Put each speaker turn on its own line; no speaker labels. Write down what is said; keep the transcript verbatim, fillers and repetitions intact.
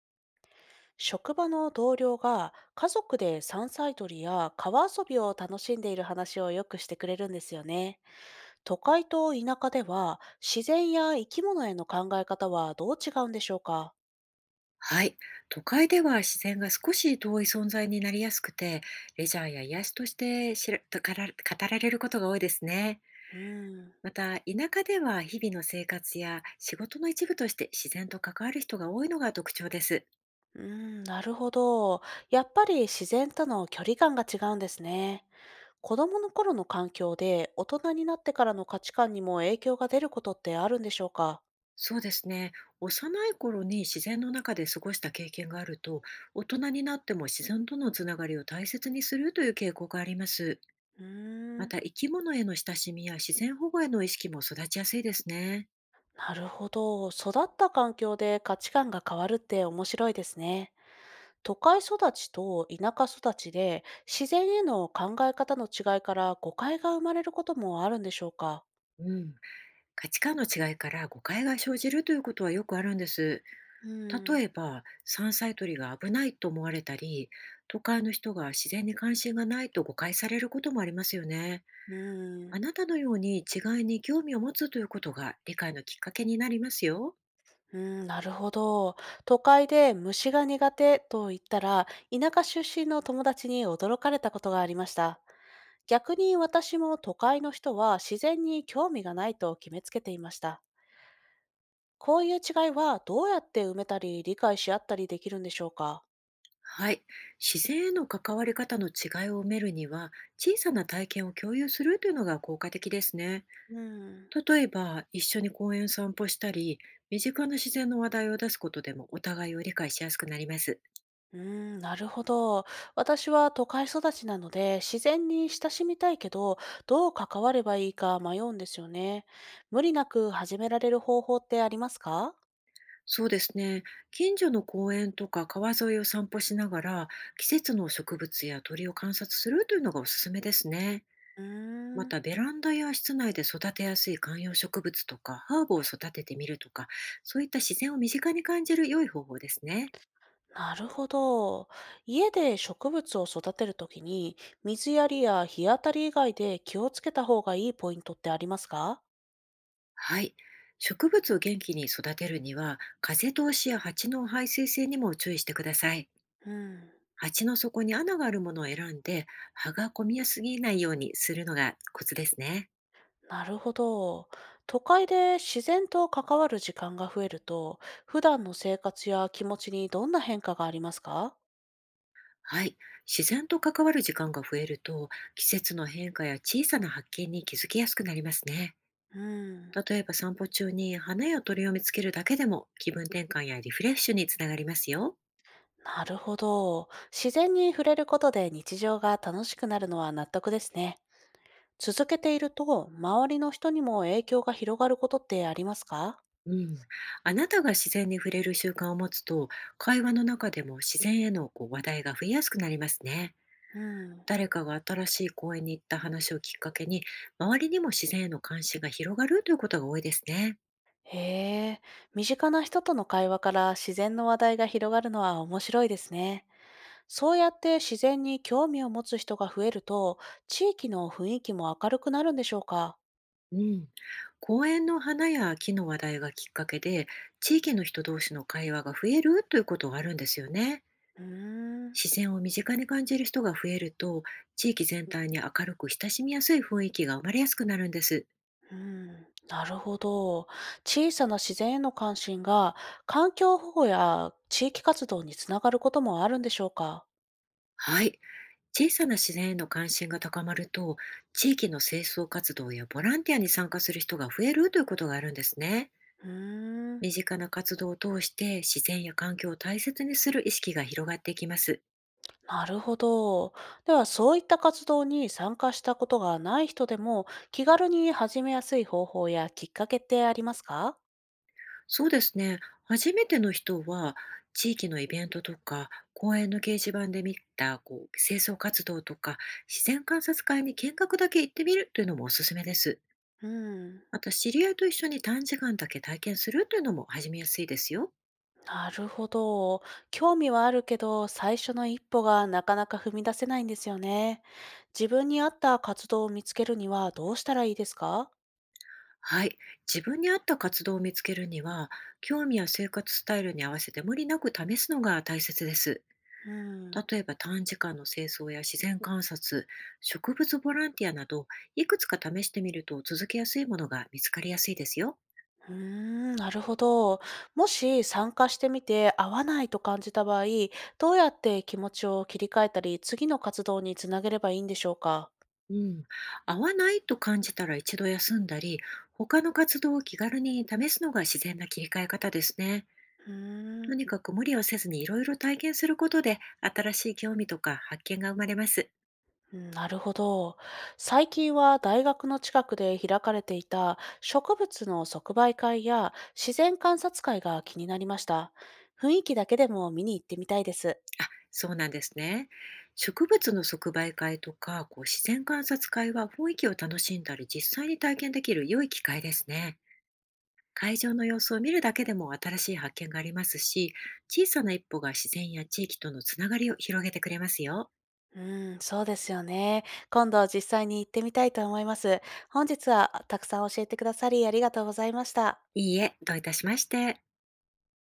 職場の同僚が家族で山菜採りや川遊びを楽しんでいる話をよくしてくれるんですよね。都会と田舎では自然や生き物への考え方はどう違うんでしょうか？
はい。都会では自然が少し遠い存在になりやすくて、レジャーや癒しとして知らとから語られることが多いですね。
うーん、
また、田舎では日々の生活や仕事の一部として自然と関わる人が多いのが特徴です。
うーん、なるほど。やっぱり自然との距離感が違うんですね。子供の頃の環境で大人になってからの価値観にも影響が出ることってあるんでしょうか？
そうですね。幼い頃に自然の中で過ごした経験があると、大人になっても自然とのつながりを大切にするという傾向があります。
うー
ま
ん。
た、生き物への親しみや自然保護への意識も育ちやすいですね。
なるほど。育った環境で価値観が変わるって面白いですね。都会育ちと田舎育ちで自然への考え方の違いから誤解が生まれることもあるんでしょうか？
うん。価値観の違いから誤解が生じるということはよくあるんです。
う
例
ん、
えば、山菜採りが危ないと思われたり、都会の人が自然に関心がないと誤解されることもありますよね。
うん、
あなたのように違いに興味を持つということが理解のきっかけになりますよ。
うん、なるほど。都会で虫が苦手と言ったら田舎出身の友達に驚かれたことがありました。逆に私も都会の人は自然に興味がないと決めつけていました。こういう違いはどうやって埋めたり理解し合ったりできるんでしょうか？
はい。自然への関わり方の違いを埋めるには、小さな体験を共有するというのが効果的ですね。
うん、
例えば、一緒に公園を散歩したり、身近な自然の話題を出すことでもお互いを理解しやすくなります。
うーん、なるほど。私は都会育ちなので自然に親しみたいけど、どう関わればいいか迷うんですよね。無理なく始められる方法ってありますか？
そうですね。近所の公園とか川沿いを散歩しながら、季節の植物や鳥を観察するというのがおすすめですね。
うー
ま
ん、
た、ベランダや室内で育てやすい観葉植物とか、ハーブを育ててみるとか、そういった自然を身近に感じる良い方法ですね。
なるほど。家で植物を育てるときに、水やりや日当たり以外で気をつけた方がいいポイントってありますか？
はい。植物を元気に育てるには、風通しや蜂の排水性にも注意してください。
うん。
鉢の底に穴があるものを選んで、葉が混みやすぎないようにするのがコツですね。
なるほど。都会で自然と関わる時間が増えると、普段の生活や気持ちにどんな変化がありますか？
はい。自然と関わる時間が増えると、季節の変化や小さな発見に気づきやすくなりますね。
うん、
例えば、散歩中に花や鳥を見つけるだけでも気分転換やリフレッシュにつながりますよ。
なるほど。自然に触れることで日常が楽しくなるのは納得ですね。続けていると、周りの人にも影響が広がることってありますか？
うん。あなたが自然に触れる習慣を持つと、会話の中でも自然へのこう話題が増えやすくなりますね。
うん。
誰かが新しい公園に行った話をきっかけに、周りにも自然への関心が広がるということが多いですね。
へえ、身近な人との会話から自然の話題が広がるのは面白いですね。そうやって自然に興味を持つ人が増えると、地域の雰囲気も明るくなるんでしょうか？
うん。公園の花や木の話題がきっかけで、地域の人同士の会話が増えるということがあるんですよね。
うーん、
自然を身近に感じる人が増えると、地域全体に明るく親しみやすい雰囲気が生まれやすくなるんです。
うん、なるほど。小さな自然への関心が、環境保護や地域活動につながることもあるんでしょうか？
はい。小さな自然への関心が高まると、地域の清掃活動やボランティアに参加する人が増えるということがあるんですね。
うーん、
身近な活動を通して自然や環境を大切にする意識が広がっていきます。
なるほど。では、そういった活動に参加したことがない人でも、気軽に始めやすい方法やきっかけってありますか？
そうですね。初めての人は、地域のイベントとか公園の掲示板で見たこう清掃活動とか自然観察会に見学だけ行ってみるというのもおすすめです。
うん。
また、知り合いと一緒に短時間だけ体験するというのも始めやすいですよ。
なるほど。興味はあるけど、最初の一歩がなかなか踏み出せないんですよね。自分に合った活動を見つけるにはどうしたらいいですか？
はい。自分に合った活動を見つけるには、興味や生活スタイルに合わせて無理なく試すのが大切です。
うん。
例えば、短時間の清掃や自然観察、植物ボランティアなど、いくつか試してみると続けやすいものが見つかりやすいですよ。
うーん、なるほど。もし参加してみて合わないと感じた場合、どうやって気持ちを切り替えたり、次の活動につなげればいいんでしょうか？
うん。合わないと感じたら一度休んだり、他の活動を気軽に試すのが自然な切り替え方ですね。
うー
と
ん。
にかく無理をせずにいろいろ体験することで、新しい興味とか発見が生まれます。
うんなるほど。最近は大学の近くで開かれていた植物の即売会や自然観察会が気になりました。雰囲気だけでも見に行ってみたいです。
あ、そうなんですね。植物の即売会とかこう自然観察会は、雰囲気を楽しんだり実際に体験できる良い機会ですね。会場の様子を見るだけでも新しい発見がありますし、小さな一歩が自然や地域とのつながりを広げてくれますよ。
うん、そうですよね。今度実際に行ってみたいと思います。本日はたくさん教えてくださりありがとうございました。
いいえ、どういたしまして。